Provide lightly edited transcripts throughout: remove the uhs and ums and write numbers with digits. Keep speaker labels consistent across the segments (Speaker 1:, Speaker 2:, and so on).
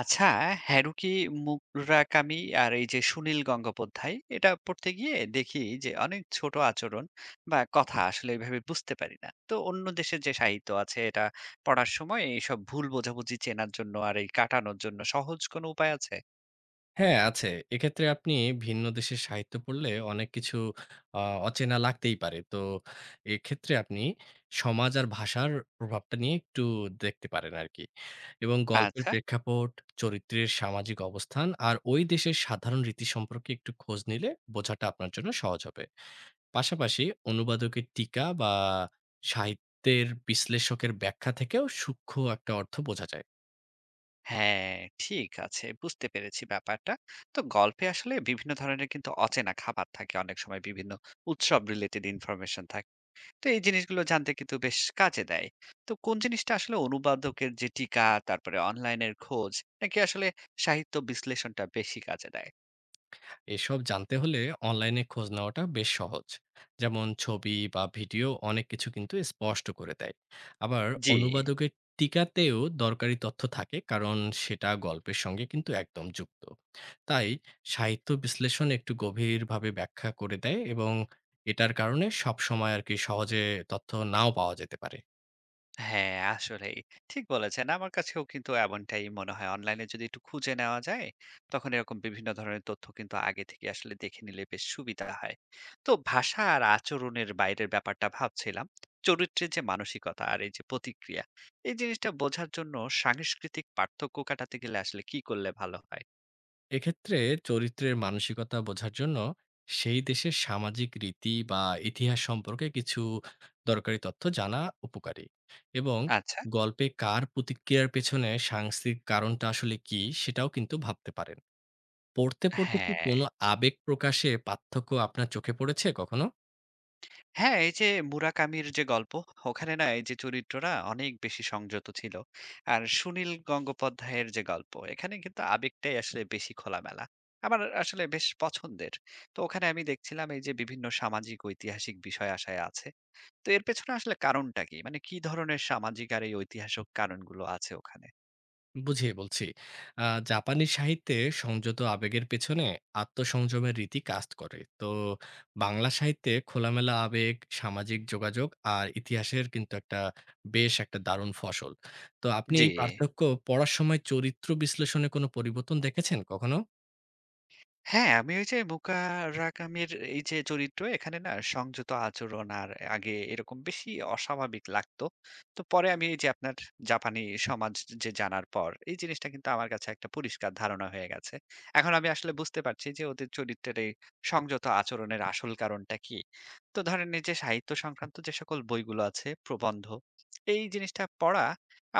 Speaker 1: আচ্ছা, হারুকি মুরাকামি আর এই যে সুনীল গঙ্গোপাধ্যায় এটা পড়তে গিয়ে দেখি যে অনেক ছোট আচরণ বা কথা আসলে এভাবে বুঝতে পারি না। তো অন্য দেশের যে সাহিত্য আছে এটা পড়ার সময় এইসব ভুল বোঝাবুঝি চেনার জন্য আর এই কাটানোর জন্য সহজ কোনো উপায় আছে?
Speaker 2: হ্যাঁ, আছে। এক্ষেত্রে আপনি ভিন্ন দেশের সাহিত্য পড়লে অনেক কিছু আ অচেনা লাগতেই পারে। তো এক্ষেত্রে আপনি সমাজ আর ভাষার প্রভাবটা নিয়ে একটু দেখতে পারেন আরকি। এবং গল্পের
Speaker 1: আচ্ছা।
Speaker 2: প্রেক্ষাপট, চরিত্রের সামাজিক অবস্থান আর ওই দেশের সাধারণ রীতি সম্পর্কে একটু খোঁজ নিলে বোঝাটা আপনার জন্য সহজ হবে। পাশাপাশি অনুবাদকের টিকা বা সাহিত্যের বিশ্লেষকের ব্যাখ্যা থেকেও সূক্ষ্ম একটা অর্থ বোঝা যায়।
Speaker 1: হ্যাঁ, ঠিক আছে। বুঝতে পেরেছি ব্যাপারটা। তো গল্পে আসলে বিভিন্ন ধরনের কিন্তু অচেনা খাবার থাকে অনেক সময় বিভিন্ন উৎসব রিলেটেড ইনফরমেশন থাকে। তো এই জিনিসগুলো জানতে কিন্তু বেশ কাজে দেয়। তো কোন জিনিসটা আসলে অনুবাদকের যে টিকা, তারপরে অনলাইনের খোঁজ নাকি আসলে সাহিত্য বিশ্লেষণটা বেশি কাজে দেয়?
Speaker 2: এসব জানতে হলে অনলাইনে খোঁজ নেওয়াটা বেশ সহজ, যেমন ছবি বা ভিডিও অনেক কিছু কিন্তু স্পষ্ট করে দেয়। আবার
Speaker 1: জি।
Speaker 2: অনুবাদকের টিকাতেও দরকারি তথ্য থাকে, কারণ সেটা গল্পের সঙ্গে কিন্তু একদম যুক্ত। তাই সাহিত্য বিশ্লেষণ একটু গভীরভাবে ব্যাখ্যা করে দেয়, এবং এটার কারণে সব সময় আর কি সহজে তথ্য নাও পাওয়া যেতে পারে।
Speaker 1: হ্যাঁ, আসলেই। ঠিক বলেছেন। আমার কাছেও কিন্তু এমনটাই মনে হয়। অনলাইনে যদি একটু খুঁজে নেওয়া যায়, তখন এরকম বিভিন্ন ধরনের তথ্য কিন্তু আগে থেকে আসলে দেখে নিলে বেশ সুবিধা হয়। তো ভাষা আর আচরণের বাইরের ব্যাপারটা ভাবছিলাম। চরিত্রের যে মানসিকতা আর এই যে প্রতিক্রিয়া, এই জিনিসটা বোঝার জন্য সাংস্কৃতিক পার্থক্য কাটাতে গেলে আসলে কি করলে ভালো হয়?
Speaker 2: এক্ষেত্রে চরিত্রের মানসিকতা বোঝার জন্য সেই দেশের সামাজিক রীতি বা ইতিহাস সম্পর্কে কিছু দরকারি তথ্য জানা উপকারী, এবং
Speaker 1: আচ্ছা।
Speaker 2: গল্পে কার প্রতিক্রিয়ার পেছনে সাংস্কৃতিক কারণটা আসলে কি সেটাও কিন্তু ভাবতে পারেন। পড়তে পড়তে কি কোনো
Speaker 1: হ্যাঁ।
Speaker 2: আবেগ প্রকাশে পার্থক্য আপনার চোখে পড়েছে কখনো?
Speaker 1: হ্যাঁ, এই যে মুরাকামির যে গল্প, ওখানে না এই যে চরিত্ররা অনেক বেশি সংযত ছিল। আর সুনীল গঙ্গোপাধ্যায়ের যে গল্প, এখানে কিন্তু আবেগটাই আসলে বেশি খোলামেলা। আমার আসলে বেশ পছন্দের। তো ওখানে আমি দেখছিলাম এই যে বিভিন্ন সামাজিক ঐতিহাসিক বিষয় আশায় আছে। তো এর পেছনে আসলে কারণটা কি? মানে কি ধরনের সামাজিক আর এই ঐতিহাসিক কারণগুলো আছে ওখানে?
Speaker 2: বুঝিয়ে বলছি। আ জাপানি সাহিত্যে সংযত আবেগের পেছনে আত্মসংযমের রীতি কাজ করে। তো বাংলা সাহিত্যে খোলামেলা আবেগ, সামাজিক যোগাযোগ আর ইতিহাসের কিন্তু বেশ একটা দারুণ ফসল। তো আপনি
Speaker 1: জি।
Speaker 2: এই পার্থক্য পড়ার সময় চরিত্র বিশ্লেষণে কোনো পরিবর্তন দেখেছেন কখনো?
Speaker 1: হ্যাঁ, আমি ওই যে মুকারাকামির এই যে চরিত্র এখানে না সংযত আচরণ আর আগে এরকম বেশি অস্বাভাবিক লাগতো। তো পরে আমি এই যে আপনার জাপানি সমাজ যে জানার পর এই জিনিসটা কিন্তু আমার কাছে একটা পরিষ্কার ধারণা হয়ে গেছে। এখন আমি আসলে বুঝতে পারছি যে ওদের চরিত্রের এই সংযত আচরণের আসল কারণটা কি। তো ধরেন এই যে সাহিত্য সংক্রান্ত যে সকল বইগুলো আছে, প্রবন্ধ এই জিনিসটা পড়া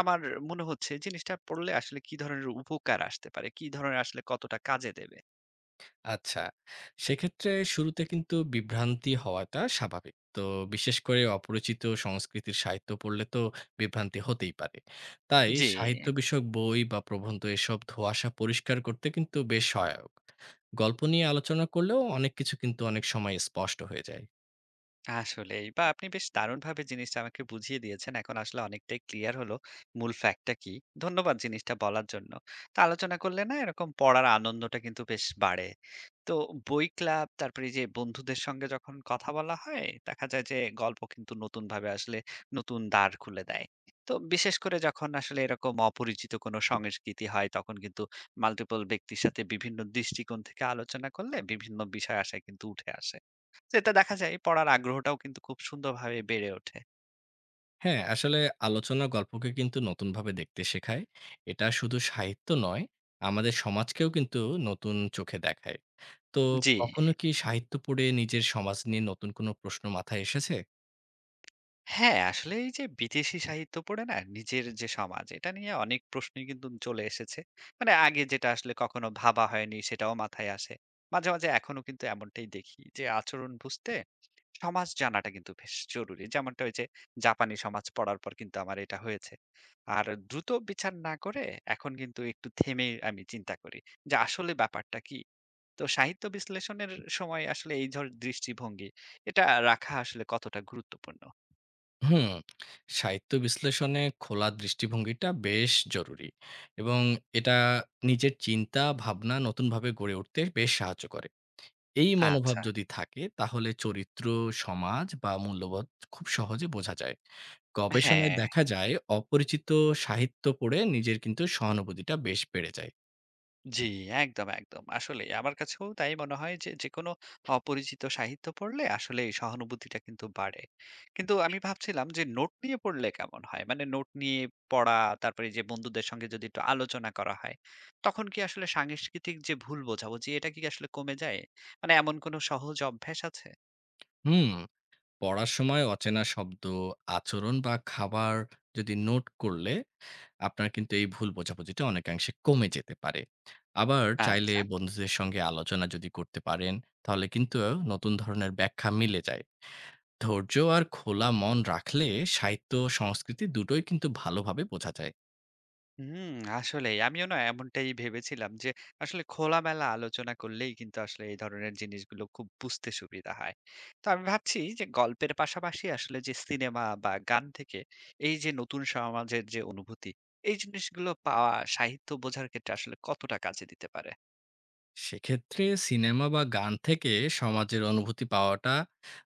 Speaker 1: আমার মনে হচ্ছে জিনিসটা পড়লে আসলে কি ধরনের উপকার আসতে পারে? কি ধরনের আসলে কতটা কাজে দেবে?
Speaker 2: আচ্ছা, সেক্ষেত্রে শুরুতে কিন্তু বিভ্রান্তি হওয়াটা স্বাভাবিক। তো বিশেষ করে অপরিচিত সংস্কৃতির সাহিত্য পড়লে তো বিভ্রান্তি হতেই পারে। তাই
Speaker 1: জি,
Speaker 2: সাহিত্য বিষয়ক বই বা প্রবন্ধ এসব ধোঁয়াশা পরিষ্কার করতে কিন্তু বেশ সহায়ক। গল্প নিয়ে আলোচনা করলেও অনেক কিছু কিন্তু অনেক সময় স্পষ্ট হয়ে যায়।
Speaker 1: আসলেই। বা আপনি বেশ দারুণভাবে জিনিসটা আমাকে বুঝিয়ে দিয়েছেন। এখন আসলে অনেকটাই ক্লিয়ার হলো মূল ফ্যাক্টটা কি। ধন্যবাদ জিনিসটা বলার জন্য। তো আলোচনা করলে না এরকম পড়ার আনন্দটা কিন্তু বেশ বাড়ে। তো বই ক্লাব তারপরে এই যে বন্ধুদের সঙ্গে যখন কথা বলা হয়, দেখা যায় যে গল্প কিন্তু নতুনভাবে আসলে নতুন দ্বার খুলে দেয়। তো বিশেষ করে যখন আসলে এরকম অপরিচিত কোনো সংস্কৃতি হয় তখন কিন্তু মাল্টিপল ব্যক্তির সাথে বিভিন্ন দৃষ্টিকোণ থেকে আলোচনা করলে বিভিন্ন বিষয় আশা কিন্তু উঠে আসে। সেটা দেখা যায় পড়ার আগ্রহটাও কিন্তু খুব সুন্দরভাবে বেড়ে ওঠে।
Speaker 2: হ্যাঁ, আসলে আলোচনা গল্পকে কিন্তু নতুনভাবে দেখতে শেখায়। এটা শুধু সাহিত্য নয়, আমাদের সমাজকেও কিন্তু নতুন চোখে দেখায়। তো
Speaker 1: জি।
Speaker 2: কখনো কি সাহিত্য পড়ে নিজের সমাজ নিয়ে নতুন কোনো প্রশ্ন মাথায় এসেছে?
Speaker 1: হ্যাঁ, আসলে এই যে বিদেশি সাহিত্য পড়ে না নিজের যে সমাজ এটা নিয়ে অনেক প্রশ্নই কিন্তু চলে এসেছে। মানে আগে যেটা আসলে কখনো ভাবা হয়নি সেটাও মাথায় আসে। মাঝে মাঝে এখনো কিন্তু এমনটাই দেখি যে আচরণ বুঝতে সমাজ জানাটা কিন্তু বেশ জরুরি। যেমনটা ওই যে জাপানি সমাজ পড়ার পর কিন্তু আমার এটা হয়েছে। আর দ্রুত বিচার না করে এখন কিন্তু একটু থেমে আমি চিন্তা করি যে আসলে ব্যাপারটা কি? তো সাহিত্য বিশ্লেষণের সময় আসলে এই ধর দৃষ্টিভঙ্গি এটা রাখা আসলে কতটা গুরুত্বপূর্ণ?
Speaker 2: হুম, সাহিত্য বিশ্লেষণে খোলা দৃষ্টিভঙ্গিটা বেশ জরুরি, এবং এটা নিজের চিন্তা, ভাবনা নতুনভাবে গড়ে উঠতে বেশ সাহায্য করে। এই মনোভাব
Speaker 1: আচ্ছা।
Speaker 2: যদি থাকে তাহলে চরিত্র, সমাজ বা মূল্যবোধ খুব সহজে বোঝা যায়। গবেষণায়
Speaker 1: হ্যাঁ,
Speaker 2: দেখা যায় অপরিচিত সাহিত্য পড়ে নিজের কিন্তু সহানুভূতিটা বেশ বেড়ে যায়।
Speaker 1: জি, একদম, একদম। আসলেই আমার কাছেও তাই মনে হয় যে যেকোনো অপরিচিত সাহিত্য পড়লে আসলে এই সহানুভূতিটা কিন্তু বাড়ে। কিন্তু আমি ভাবছিলাম যে নোট নিয়ে পড়লে কেমন হয়? মানে নোট নিয়ে পড়া, তারপরে এই যে বন্ধুদের সঙ্গে যদি একটু আলোচনা করা হয়, তখন কি আসলে সাংস্কৃতিক যে ভুল বোঝাবুঝি এটা কি আসলে কমে যায়? মানে এমন কোনো সহজ অভ্যাস আছে?
Speaker 2: হুম। পড়ার সময় অচেনা শব্দ, আচরণ বা খাবার যদি নোট করলে আপনার কিন্তু এই ভুল বোঝাবুঝিটা অনেকাংশে কমে যেতে পারে। আবার চাইলে
Speaker 1: আচ্ছা।
Speaker 2: বন্ধুদের সঙ্গে আলোচনা যদি করতে পারেন, তাহলে কিন্তু নতুন ধরনের ব্যাখ্যা মিলে যায়। ধৈর্য আর খোলা মন রাখলে সাহিত্য ও সংস্কৃতি দুটোই কিন্তু ভালোভাবে বোঝা যায়।
Speaker 1: হুম, আসলেই। আমিও না এমনটাই ভেবেছিলাম যে, আসলে খোলামেলা আলোচনা করলেই কিন্তু আসলে এই ধরনের জিনিসগুলো খুব বুঝতে সুবিধা হয়। তো আমি ভাবছি যে গল্পের পাশাপাশি আসলে যে সিনেমা বা গান থেকে এই যে নতুন সমাজের যে অনুভূতি, এই জিনিসগুলো পাওয়া সাহিত্য বোঝার ক্ষেত্রে আসলে কতটা কাজে দিতে পারে?
Speaker 2: সেক্ষেত্রে সিনেমা বা গান থেকে সমাজের অনুভূতি পাওয়াটা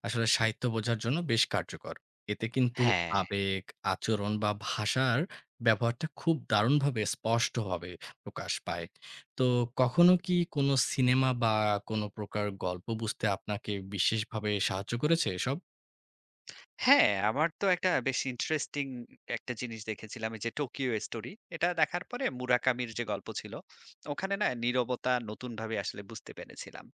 Speaker 2: আসলে সাহিত্য বোঝার জন্য বেশ কার্যকর। এতে কিন্তু
Speaker 1: হ্যাঁ।
Speaker 2: আবেগ, আচরণ বা ভাষার ব্যবহারটা খুব দারুণভাবে স্পষ্টভাবে প্রকাশ পায়। তো কখনো কি কোনো সিনেমা বা কোনো প্রকার গল্প বুঝতে আপনাকে বিশেষভাবে সাহায্য করেছে এসব?
Speaker 1: হ্যাঁ, আমার তো একটা বেশ ইন্টারেস্টিং একটা জিনিস দেখেছিলাম এই যে 'টোকিও স্টোরি' এটা দেখার পরে মুরাকামির যে গল্প ছিল, ওখানে না নীরবতা নতুনভাবে আসলে বুঝতে পেরেছিলাম।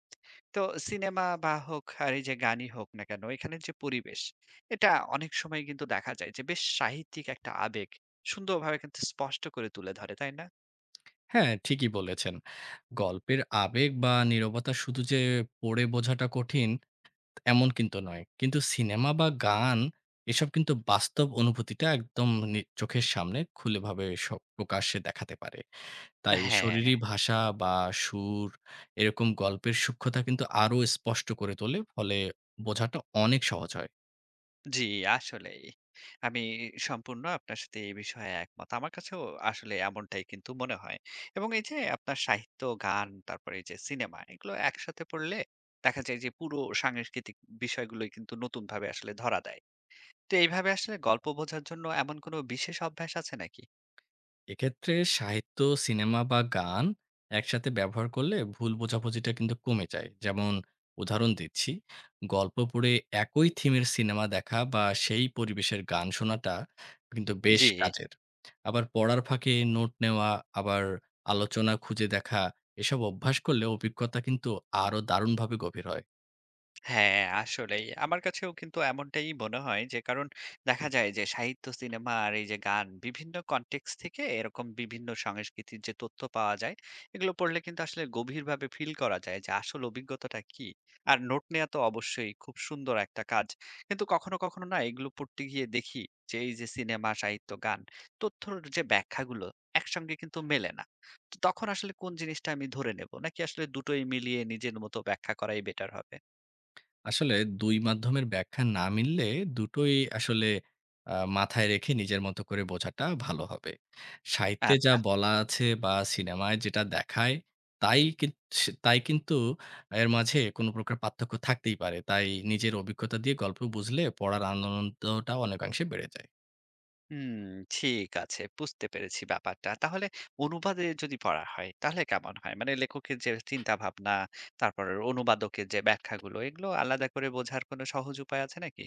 Speaker 1: তো সিনেমা বা হোক আর এই যে গানই হোক না কেন, এখানের যে পরিবেশ, এটা অনেক সময় কিন্তু দেখা যায় যে বেশ সাহিত্যিক একটা আবেগ সুন্দরভাবে কিন্তু স্পষ্ট করে তুলে ধরে, তাই না?
Speaker 2: হ্যাঁ, ঠিকই বলেছেন। গল্পের আবেগ বা নীরবতা শুধু যে পড়ে বোঝাটা কঠিন এমন কিন্তু নয়। কিন্তু সিনেমা বা গান এসব কিন্তু বাস্তব অনুভূতিটা একদম চোখের সামনে খুলেভাবে প্রকাশ্যে দেখাতে পারে। তাই
Speaker 1: হ্যাঁ।
Speaker 2: শরীরী ভাষা বা সুর এরকম গল্পের সূক্ষ্মতা কিন্তু আরো স্পষ্ট করে তোলে। ফলে বোঝাটা অনেক সহজ হয়।
Speaker 1: জি, আসলেই। আমি সম্পূর্ণ আপনার সাথে এই বিষয়ে একমত। আমার কাছেও আসলে এমনটাই কিন্তু মনে হয়। এবং এই যে আপনার সাহিত্য, গান, তারপরে এই যে সিনেমা এগুলো একসাথে পড়লে দেখা যায় যে পুরো সাংস্কৃতিক বিষয়গুলোই কিন্তু নতুনভাবে আসলে ধরা দেয়। তো এইভাবে আসলে গল্প বোঝার জন্য এমন কোনো বিশেষ অভ্যাস আছে নাকি?
Speaker 2: এক্ষেত্রে সাহিত্য, সিনেমা বা গান একসাথে ব্যবহার করলে ভুল বোঝাবুঝিটা কিন্তু কমে যায়। যেমন উদাহরণ দিচ্ছি, গল্প পড়ে একই থিমের সিনেমা দেখা বা সেই পরিবেশের গান শোনাটা কিন্তু বেশ
Speaker 1: জি।
Speaker 2: কাজের। আবার পড়ার ফাঁকে নোট নেওয়া, আবার আলোচনা খুঁজে দেখা, এসব অভ্যাস করলে অভিজ্ঞতা কিন্তু আরো দারুণভাবে গভীর হয়।
Speaker 1: হ্যাঁ, আসলেই। আমার কাছেও কিন্তু এমনটাই মনে হয় যে কারণ দেখা যায় যে সাহিত্য, সিনেমা আর এই যে গান বিভিন্ন কনটেক্সট থেকে এরকম বিভিন্ন সংস্কৃতির যে তথ্য পাওয়া যায়, এগুলো পড়লে কিন্তু আসলে গভীরভাবে ফিল করা যায় যে আসল অভিজ্ঞতাটা কি। আর নোট নেয়া তো অবশ্যই খুব সুন্দর একটা কাজ। কিন্তু কখনো কখনো না এগুলো পড়তে গিয়ে দেখি যে এই যে সিনেমা, সাহিত্য, গান তথ্যর যে ব্যাখ্যাগুলো একসঙ্গে কিন্তু মেলে না। তো তখন আসলে কোন জিনিসটা আমি ধরে নেব? নাকি আসলে দুটোই মিলিয়ে নিজের মতো ব্যাখ্যা করাই বেটার হবে?
Speaker 2: আসলে ২ মাধ্যমের ব্যাখ্যা না মিললে দুটোই আসলে মাথায় রেখে নিজের মতো করে বোঝাটা ভালো হবে। সাহিত্যে
Speaker 1: আচ্ছা।
Speaker 2: যা বলা আছে বা সিনেমায় যেটা দেখায় তাই কিন তাই কিন্তু এর মাঝে কোনো প্রকার পার্থক্য থাকতেই পারে। তাই নিজের অভিজ্ঞতা দিয়ে গল্প বুঝলে পড়ার আনন্দটা অনেকাংশে বেড়ে যায়।
Speaker 1: হুম, ঠিক আছে। বুঝতে পেরেছি ব্যাপারটা। তাহলে অনুবাদে যদি পড়া হয়, তাহলে কেমন হয়? মানে লেখকের যে চিন্তাভাবনা, তারপর অনুবাদকের যে ব্যাখ্যাগুলো, এগুলো আলাদা করে বোঝার কোনো সহজ উপায় আছে নাকি?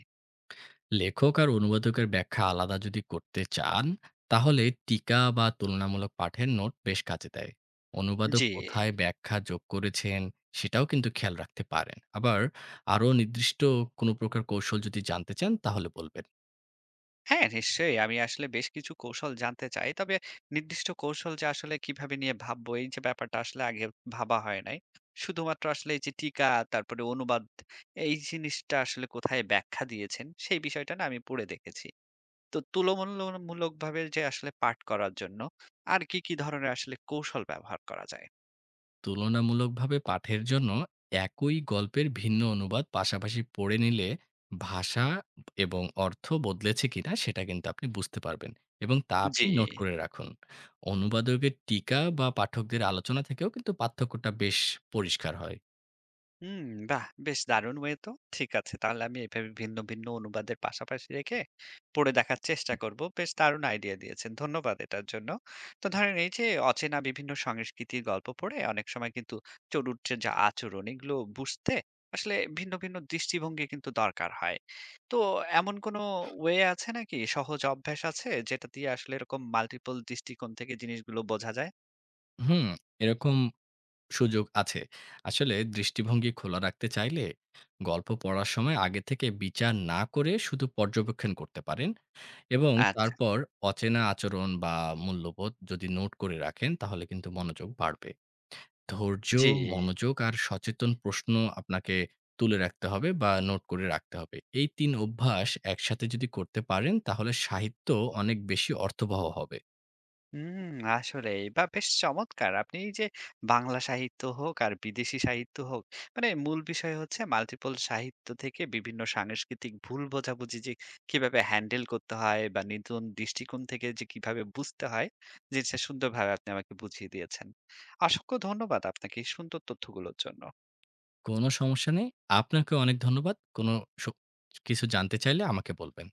Speaker 2: লেখক আর অনুবাদকের ব্যাখ্যা আলাদা যদি করতে চান তাহলে টিকা বা তুলনামূলক পাঠের নোট বেশ কাজে দেয়। অনুবাদক
Speaker 1: জি।
Speaker 2: কোথায় ব্যাখ্যা যোগ করেছেন সেটাও কিন্তু খেয়াল রাখতে পারেন। আবার আরও নির্দিষ্ট কোনো প্রকার কৌশল যদি জানতে চান তাহলে বলবেন।
Speaker 1: হ্যাঁ, নিশ্চয়ই। আমি আসলে বেশ কিছু কৌশল জানতে চাই। তবে নির্দিষ্ট কৌশল যে আসলে কিভাবে নিয়ে ভাববো, এই যে ব্যাপারটা আসলে আগে ভাবা হয় নাই। শুধুমাত্র আসলে এই যে টিকা, তারপরে অনুবাদ, এই জিনিসটা আসলে কোথায় ব্যাখ্যা দিয়েছেন, সেই বিষয়টা না আমি পড়ে দেখেছি। তো তুলমূল্য মূলকভাবে যে আসলে পাঠ করার জন্য আর কি, কি ধরনের আসলে কৌশল ব্যবহার করা যায়?
Speaker 2: তুলনামূলকভাবে পাঠের জন্য একই গল্পের ভিন্ন অনুবাদ পাশাপাশি পড়ে নিলে ভাষা এবং অর্থ বদলেছে কিনা সেটা কিন্তু আপনি বুঝতে পারবেন, এবং তা আপনি
Speaker 1: জি।
Speaker 2: নোট করে রাখুন। অনুবাদকের টিকা বা পাঠকদের আলোচনা থেকেও কিন্তু পার্থক্যটা বেশ পরিষ্কার হয়।
Speaker 1: হুম, বাহ! বেশ দারুণ ওয়ে তো। ঠিক আছে। তাহলে আমি এভাবে ভিন্ন ভিন্ন অনুবাদের পাশাপাশি রেখে পড়ে দেখার চেষ্টা করব। বেশ দারুণ আইডিয়া দিয়েছেন। ধন্যবাদ এটার জন্য। তো ধরেন এই যে অচেনা বিভিন্ন সংস্কৃতির গল্প পড়ে অনেক সময় কিন্তু চরিত্রের যে আচরণ এগুলো বুঝতে আসলে ভিন্ন ভিন্ন দৃষ্টিভঙ্গি কিন্তু দরকার হয়। তো এমন কোনো ওয়ে আছে নাকি সহজ অভ্যাস আছে যেটা দিয়ে আসলে এরকম মাল্টিপল দৃষ্টিকোণ থেকে জিনিসগুলো বোঝা যায়?
Speaker 2: হুম, এরকম সুযোগ আছে। আসলে দৃষ্টিভঙ্গি খোলা রাখতে চাইলে গল্প পড়ার সময় আগে থেকে বিচার না করে শুধু পর্যবেক্ষণ করতে পারেন, এবং
Speaker 1: আচ্ছা।
Speaker 2: তারপর অচেনা আচরণ বা মূল্যবোধ যদি নোট করে রাখেন তাহলে কিন্তু মনোযোগ বাড়বে। ধৈর্য,
Speaker 1: জি।
Speaker 2: মনোযোগ আর সচেতন প্রশ্ন আপনাকে তুলে রাখতে হবে বা নোট করে রাখতে হবে। এই ৩ অভ্যাস একসাথে যদি করতে পারেন তাহলে সাহিত্য অনেক বেশি অর্থবহ হবে।
Speaker 1: হুম, আসলেই। বা বেশ চমৎকার! আপনি এই যে বাংলা সাহিত্য হোক আর বিদেশি সাহিত্য হোক, মানে মূল বিষয় হচ্ছে মাল্টিপল সাহিত্য থেকে বিভিন্ন সাংস্কৃতিক ভুল বোঝাবুঝি যে কিভাবে হ্যান্ডেল করতে হয় বা নতুন দৃষ্টিকোণ থেকে যে কিভাবে বুঝতে হয়, জিনিসটা সুন্দরভাবে আপনি আমাকে বুঝিয়ে দিয়েছেন। অসংখ্য ধন্যবাদ আপনাকে এই সুন্দর তথ্যগুলোর জন্য।
Speaker 2: কোনো সমস্যা নেই। আপনাকে অনেক ধন্যবাদ। কোনো স কিছু জানতে চাইলে আমাকে বলবেন।